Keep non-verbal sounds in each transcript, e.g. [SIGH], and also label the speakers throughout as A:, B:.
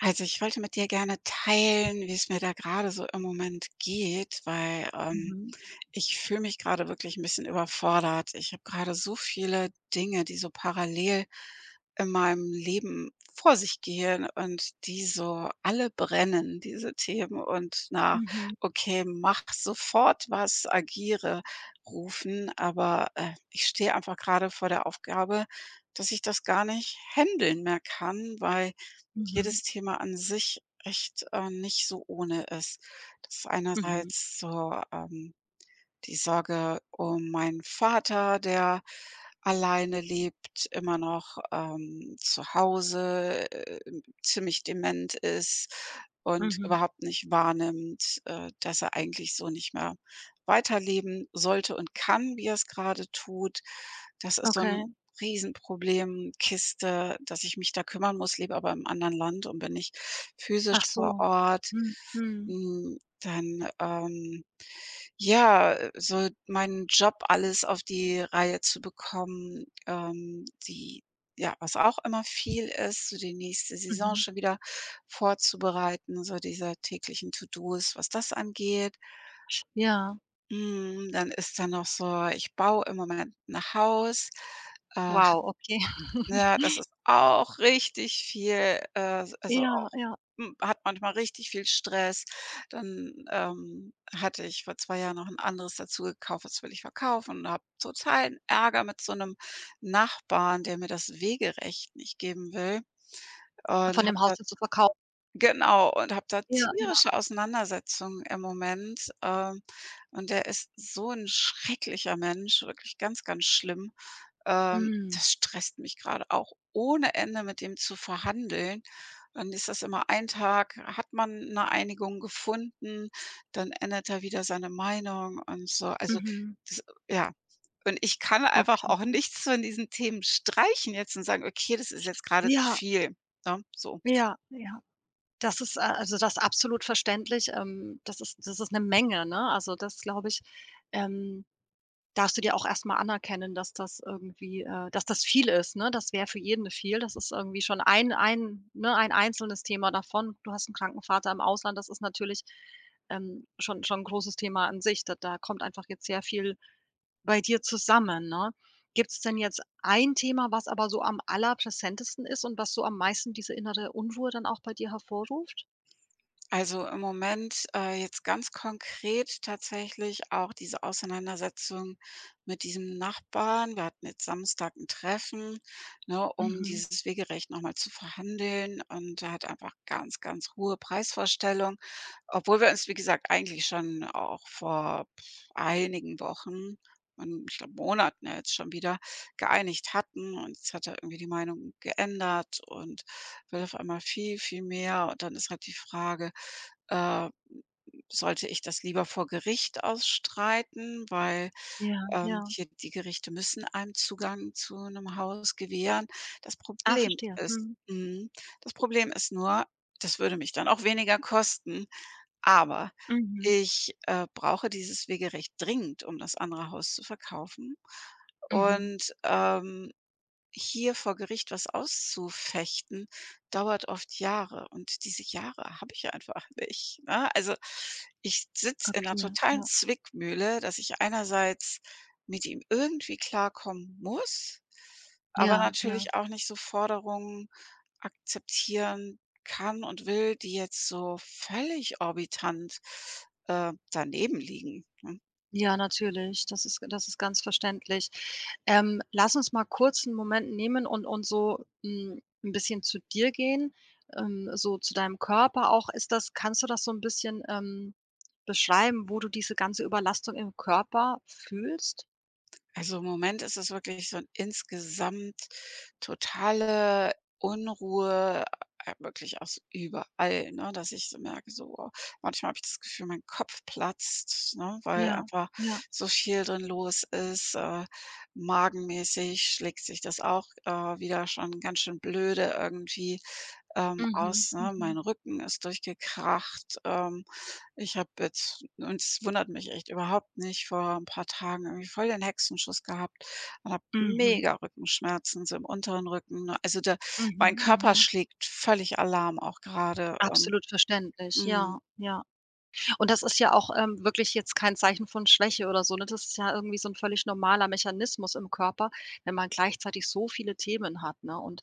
A: Also, ich wollte mit dir gerne teilen, wie es mir da gerade so im Moment geht, weil,
B: Mhm.
A: ich fühle mich gerade wirklich ein bisschen überfordert. Ich habe gerade so viele Dinge, die so parallel in meinem Leben vor sich gehen und die so alle brennen, diese Themen und na,
B: Mhm.
A: „Okay, mach sofort was, agiere“ rufen, aber, ich stehe einfach gerade vor der Aufgabe, dass ich das gar nicht händeln mehr kann, weil
B: Mhm.
A: jedes Thema an sich echt, nicht so ohne ist. Das ist
B: Mhm.
A: einerseits so, die Sorge um meinen Vater, der alleine lebt, immer noch, zu Hause, ziemlich dement ist und
B: Mhm.
A: überhaupt nicht wahrnimmt, dass er eigentlich so nicht mehr weiterleben sollte und kann, wie er es gerade tut. Das ist so 'n
B: Okay.
A: Riesenproblemkiste, dass ich mich da kümmern muss, lebe aber im anderen Land und bin nicht
B: Ach
A: physisch vor
B: so.
A: Ort.
B: Mhm. Mhm.
A: Hm, dann, ja, so meinen Job alles auf die Reihe zu bekommen, die ja, was auch immer viel ist, so die nächste Saison
B: Mhm.
A: schon wieder vorzubereiten, so dieser täglichen To-dos, was das angeht.
B: Ja.
A: Hm, dann ist da noch so, ich baue im Moment ein Haus, äh
B: Wow, okay. [LAUGHS]
A: ja, das ist auch richtig viel, also
B: Ja,
A: auch
B: ja.
A: hm, hat manchmal richtig viel Stress. Dann, hatte ich vor 2 Jahren noch ein anderes dazu gekauft, das will ich verkaufen und habe so totalen Ärger mit so einem Nachbarn, der mir das Wegerecht nicht geben will
B: Von
A: und habe
B: dem
A: da.
B: Haus jetzt zu verkaufen.
A: Genau und habe da
B: Ja, ja.
A: tierische Auseinandersetzungen im Moment, und der ist so ein schrecklicher Mensch, wirklich ganz, ganz schlimm.
B: Mhm.
A: Das stresst mich gerade auch ohne Ende, mit dem zu verhandeln. Dann ist das immer ein Tag, hat man eine Einigung gefunden, dann ändert er wieder seine Meinung und so. Also,
B: Mhm.
A: das ja, und ich kann einfach
B: Okay.
A: auch [LAUGHS] nichts von diesen Themen streichen jetzt und sagen: „Okay, das ist jetzt gerade zu
B: Ja,
A: viel“, ne, so.
B: ja, ja. Das ist, also, das ist absolut verständlich. Das ist das ist eine Menge, ne? Also, das glaube ich, ähm darfst du dir auch erst mal anerkennen, dass das irgendwie dass das viel ist, ne? Das wäre für jeden viel. Das ist irgendwie schon ein ne, ein einzelnes Thema davon. Du hast einen kranken Vater im Ausland, das ist natürlich, schon ein großes Thema an sich. Da kommt einfach jetzt sehr viel bei dir zusammen, ne? Gibt es denn jetzt ein Thema, was aber so am allerpräsentesten ist und was so am meisten diese innere Unruhe dann auch bei dir hervorruft?
A: Also, im Moment, jetzt ganz konkret tatsächlich auch diese Auseinandersetzung mit diesem Nachbarn. Wir hatten jetzt Samstag ein Treffen, ne, um
B: Mhm.
A: dieses Wegerecht nochmal zu verhandeln und er hat einfach ganz, ganz hohe Preisvorstellungen. Obwohl wir uns, wie gesagt, eigentlich schon auch vor einigen Wochen und ich glaube Monaten ja jetzt schon wieder geeinigt hatten und jetzt hat er irgendwie die Meinung geändert und will auf einmal viel, viel mehr. Und dann ist halt die Frage, äh, sollte ich das lieber vor Gericht ausstreiten, weil,
B: Ja, ja.
A: hier die Gerichte müssen einem Zugang zu einem Haus gewähren. Das
B: Ah,
A: Problem
B: verstehe.
A: ist
B: Mhm.
A: das Problem ist nur, das würde mich dann auch weniger kosten. Aber
B: Mhm.
A: ich brauche dieses Wegerecht dringend, um das andere Haus zu verkaufen
B: Mhm.
A: und, hier vor Gericht was auszufechten, dauert oft Jahre und diese Jahre habe ich einfach [LAUGHS] nicht, ne? Also, ich sitze in einer
B: Okay,
A: totalen
B: ja.
A: Zwickmühle, dass ich einerseits mit ihm irgendwie klarkommen muss, aber
B: Ja, ja.
A: natürlich auch nicht so Forderungen akzeptieren kann und will, die jetzt so völlig orbitant, daneben liegen, ne?
B: Ja, natürlich. Das ist ganz verständlich. Lass uns mal kurz einen Moment nehmen und so, hm, 'n bisschen zu dir gehen, so zu deinem Körper auch. Ist das, kannst du das so ein bisschen, beschreiben, wo du diese ganze Überlastung im Körper fühlst?
A: Also, im Moment ist es wirklich so 'n insgesamt totale Unruhe, wirklich aus überall, ne, dass ich so merke, so, wow, manchmal habe ich das Gefühl, mein Kopf platzt, ne, weil
B: Ja,
A: einfach
B: ja.
A: so viel drin los ist. Magenmäßig schlägt sich das auch, wieder schon ganz schön blöde irgendwie,
B: Mhm,
A: aus, ne? Mein
B: mhm,
A: Rücken ist durchgekracht, ich habe jetzt und es wundert mich echt überhaupt nicht, vor ein paar Tagen irgendwie voll den Hexenschuss gehabt und habe
B: mhm,
A: mega Rückenschmerzen, so im unteren Rücken, ne? Also, der,
B: mhm,
A: mein Körper
B: mhm.
A: schlägt völlig Alarm auch gerade,
B: Absolut verständlich.
A: Mhm.
B: Ja, ja. Und das ist ja auch, wirklich jetzt kein Zeichen von Schwäche oder so, ne? Das ist ja irgendwie so 'n völlig normaler Mechanismus im Körper, wenn man gleichzeitig so viele Themen hat, ne? Und,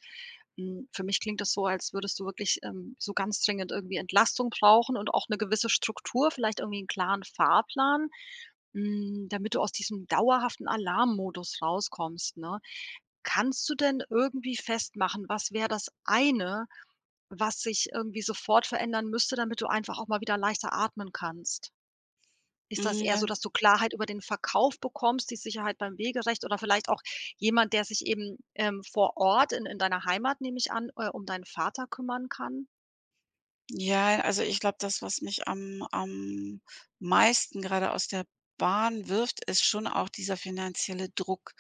B: hm, für mich klingt das so, als würdest du wirklich, so ganz dringend irgendwie Entlastung brauchen und auch 'ne gewisse Struktur, vielleicht irgendwie 'n klaren Fahrplan, hm, damit du aus diesem dauerhaften Alarmmodus rauskommst, ne? Kannst du denn irgendwie festmachen, was wäre das eine, was sich irgendwie sofort verändern müsste, damit du einfach auch mal wieder leichter atmen kannst? Ist das eher so,
A: Hm,
B: dass du Klarheit über den Verkauf bekommst, die Sicherheit beim Wegerecht oder vielleicht auch jemand, der sich eben, vor Ort in deiner Heimat, nehme ich an, um deinen Vater kümmern kann?
A: ja, also, ich glaube, das, was mich am meisten gerade aus der Bahn wirft, ist schon auch dieser finanzielle Druck,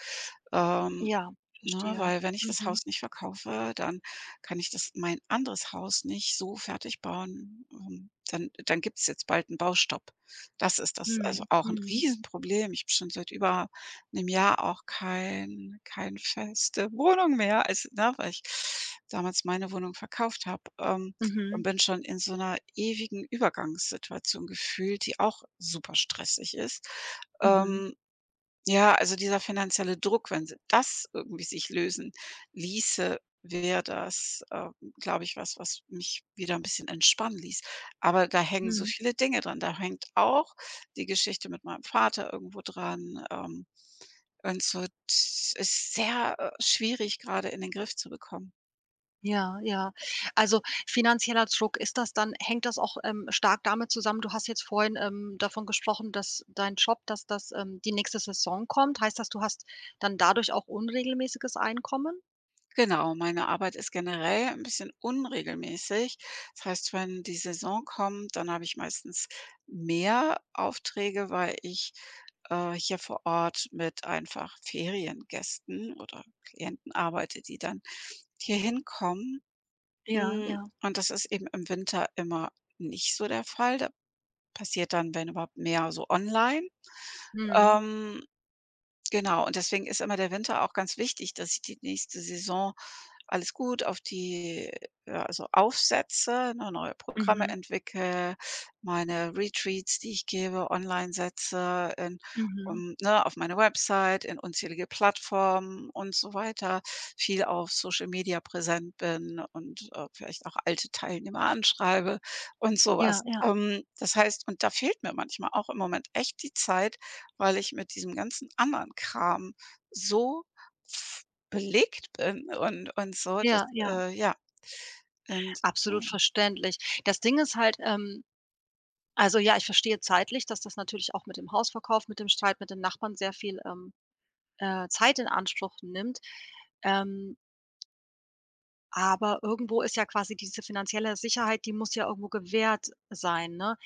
A: ähm
B: Ja,
A: ne,
B: verstehe.
A: weil wenn ich das
B: Mhm.
A: Haus nicht verkaufe, dann kann ich das mein anderes Haus nicht so fertig bauen. Dann gibt's jetzt bald einen Baustopp. Das ist das also
B: Mhm.
A: auch 'n
B: Mhm.
A: Riesenproblem. Ich habe schon seit über einem Jahr auch kein feste Wohnung mehr, also, ne, weil ich damals meine Wohnung verkauft habe, und
B: Mhm.
A: bin schon in so einer ewigen Übergangssituation gefühlt, die auch super stressig ist.
B: Mhm.
A: Ähm ja, also dieser finanzielle Druck, wenn sie das irgendwie sich lösen ließe, wäre das, glaube ich, was, was mich wieder 'n bisschen entspannen ließ. Aber da hängen so
B: Mhm.
A: viele Dinge dran. Da hängt auch die Geschichte mit meinem Vater irgendwo dran, und so t ist sehr, schwierig grade in den Griff zu bekommen.
B: Ja, ja. Also, finanzieller Druck, ist das dann, hängt das auch, stark damit zusammen, du hast jetzt vorhin, davon gesprochen, dass dein Job, dass das, ähm, die nächste Saison kommt. Heißt das, du hast dann dadurch auch unregelmäßiges Einkommen?
A: Genau, meine Arbeit ist generell 'n bisschen unregelmäßig. Das heißt, wenn die Saison kommt, dann habe ich meistens mehr Aufträge, weil ich hier vor Ort mit einfach Feriengästen oder Klienten arbeite, die dann hier hinkommen.
B: Ja,
A: Hm,
B: ja.
A: und das ist eben im Winter immer nicht so der Fall. Da passiert dann, wenn überhaupt, mehr so online.
B: Mhm.
A: Ähm Genau, und deswegen ist immer der Winter auch ganz wichtig, dass ich die nächste Saison alles gut auf die ja, also aufsetze, ne, neue Programme
B: Mhm.
A: entwickle, meine Retreats, die ich gebe, online setze, in
B: Mhm.
A: um, ne, auf meine Website, in unzählige Plattformen und so weiter, viel auf Social Media präsent bin und, vielleicht auch alte Teilnehmer anschreibe und sowas.
B: Ja, ja.
A: Das heißt und da fehlt mir manchmal auch im Moment echt die Zeit weil ich mit diesem ganzen anderen Kram so f- belegt bin und so, dass
B: Ja, ja.
A: ja, und ja.
B: Absolut verständlich. Das Ding ist halt, ähm, also ja, ich verstehe zeitlich, dass das natürlich auch mit dem Hausverkauf, mit dem Streit mit den Nachbarn sehr viel, Zeit in Anspruch nimmt. Ähm, aber irgendwo ist ja quasi diese finanzielle Sicherheit, die muss ja irgendwo gewährt sein, ne?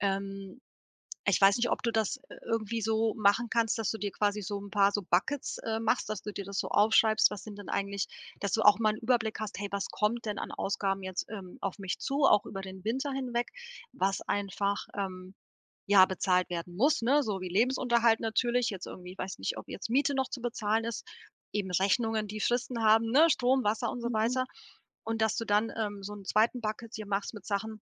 B: Ähm, ich weiß nicht, ob du das, irgendwie so machen kannst, dass du dir quasi so 'n paar so Buckets, machst, dass du dir das so aufschreibst, was sind denn eigentlich, dass du auch mal 'n Überblick hast: „Hey, was kommt denn an Ausgaben jetzt, auf mich zu, auch über den Winter hinweg“, was einfach, ähm, ja, bezahlt werden muss, ne, so wie Lebensunterhalt natürlich, jetzt irgendwie, ich weiß nicht, ob jetzt Miete noch zu bezahlen ist, eben Rechnungen, die Fristen haben, ne, Strom, Wasser und so weiter. Und dass du dann, so einen zweiten Bucket dir machst mit Sachen,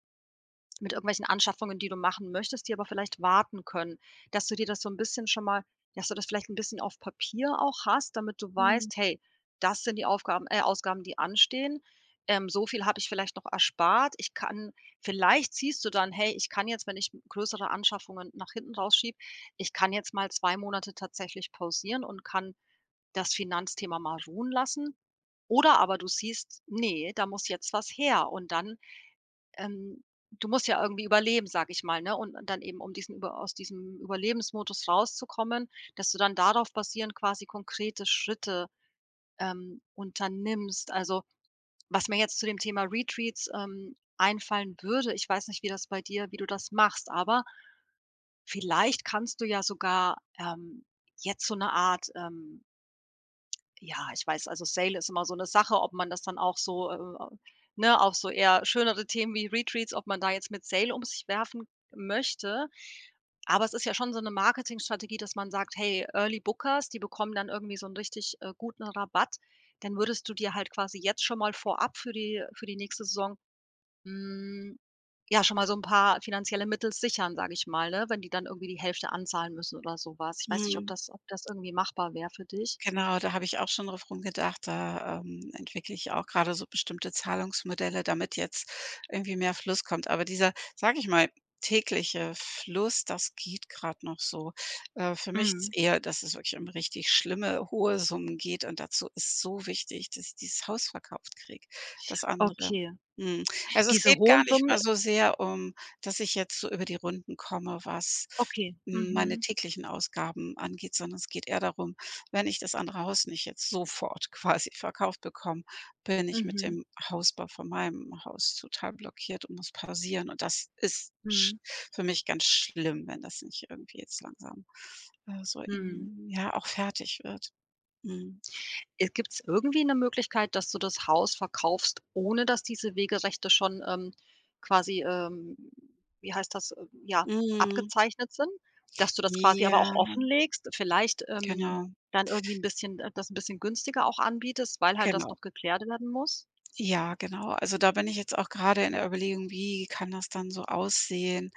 B: mit irgendwelchen Anschaffungen, die du machen möchtest, die aber vielleicht warten können, dass du dir das so ein bisschen schon mal, dass du das vielleicht ein bisschen auf Papier auch hast, damit du weißt: „Hey, das sind die Aufgaben, Ausgaben, die anstehen. So viel habe ich vielleicht noch erspart. Ich kann“, vielleicht siehst du dann: „Hey, ich kann jetzt, wenn ich größere Anschaffungen nach hinten rausschiebe, ich kann jetzt mal 2 Monate tatsächlich pausieren und kann das Finanzthema mal ruhen lassen.“ Oder aber du siehst: nee, da muss jetzt was her.“ Und dann, ähm, du musst ja irgendwie überleben, sage ich mal, ne? Und dann eben, um diesen, über aus diesem Überlebensmodus rauszukommen, dass du dann darauf basierend quasi konkrete Schritte, unternimmst. Also, was mir jetzt zu dem Thema Retreats, einfallen würde, ich weiß nicht, wie das bei dir, wie du das machst, aber vielleicht kannst du ja sogar, jetzt so eine Art, ähm, ja, ich weiß, also Sale ist immer so 'ne Sache, ob man das dann auch so, ne, auf so eher schönere Themen wie Retreats, ob man da jetzt mit Sale um sich werfen möchte. Aber es ist ja schon so 'ne Marketingstrategie, dass man sagt: „Hey, Early Bookers, die bekommen dann irgendwie so 'n richtig, guten Rabatt.“ Dann würdest du dir halt quasi jetzt schon mal vorab für die nächste Saison, hm, ja, schon mal so 'n paar finanzielle Mittel sichern, sage ich mal, ne, wenn die dann irgendwie die Hälfte anzahlen müssen oder so was. Ich weiß nicht, ob
A: Mhm.
B: das, irgendwie machbar wäre für dich?
A: Genau, da habe ich auch schon drauf rumgedacht. Da, entwickle ich auch gerade so bestimmte Zahlungsmodelle, damit jetzt irgendwie mehr Fluss kommt. Aber dieser, sage ich mal, tägliche Fluss, das geht gerade noch so. Für mich ist
B: Mhm,
A: eher, dass es wirklich um richtig schlimme, hohe Summen geht und dazu ist so wichtig, dass ich dieses Haus verkauft kriege, das andere.
B: okay.
A: Mhm. Also, es
B: Diese
A: geht gar
B: hohen
A: nicht mal
B: Summen,
A: so sehr um, dass ich jetzt so über die Runden komme, was,
B: okay.
A: hm, meine
B: Mhm.
A: täglichen Ausgaben angeht, sondern es geht eher darum, wenn ich das andere Haus nicht jetzt sofort [LAUGHS] quasi verkauft bekomme, bin ich mit
B: Mhm.
A: dem Hausbau von meinem Haus total blockiert und muss pausieren. Und das ist sch
B: Mhm.
A: für mich ganz schlimm, wenn das nicht irgendwie jetzt langsam, so
B: Mhm.
A: in ja, auch fertig wird. Mhm.
B: Gibt's irgendwie 'ne Möglichkeit, dass du das Haus verkaufst, ohne dass diese Wegerechte schon, quasi, wie heißt das, ja,
A: Mhm.
B: abgezeichnet sind? Dass du das quasi aber
A: Ja,
B: auch offenlegst, vielleicht,
A: genau,
B: dann irgendwie 'n bisschen, das 'n bisschen günstiger auch anbietest, weil halt das
A: genau.
B: noch geklärt werden muss?
A: Ja, genau. Also, da bin ich jetzt auch gerade in der Überlegung, wie kann das dann so aussehen,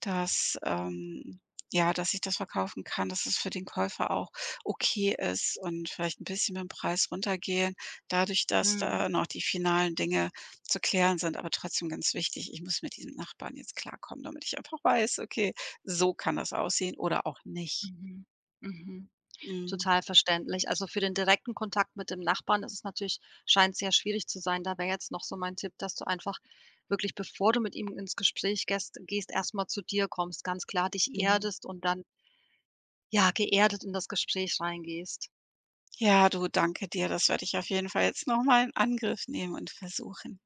A: dass ja, dass ich das verkaufen kann, dass es für den Käufer auch okay ist und vielleicht ein bisschen mit'm Preis runtergehen, dadurch, dass
B: Mhm.
A: da noch die finalen Dinge zu klären sind, aber trotzdem ganz wichtig. Ich muss mit diesem Nachbarn jetzt klarkommen, damit ich einfach weiß: „Okay, so kann das aussehen oder auch nicht.“
B: Mhm. Mhm.
A: Mhm,
B: Total verständlich. Also, für den direkten Kontakt mit dem Nachbarn ist es natürlich, scheint sehr schwierig zu sein. Da wäre jetzt noch so mein Tipp, dass du einfach wirklich, bevor du mit ihm ins Gespräch gehst, erstmal zu dir kommst, ganz klar dich
A: mhm.
B: erdest und dann, ja, geerdet in das Gespräch reingehst.
A: Ja, du, danke dir. Das werde ich auf jeden Fall jetzt noch mal in Angriff nehmen und versuchen.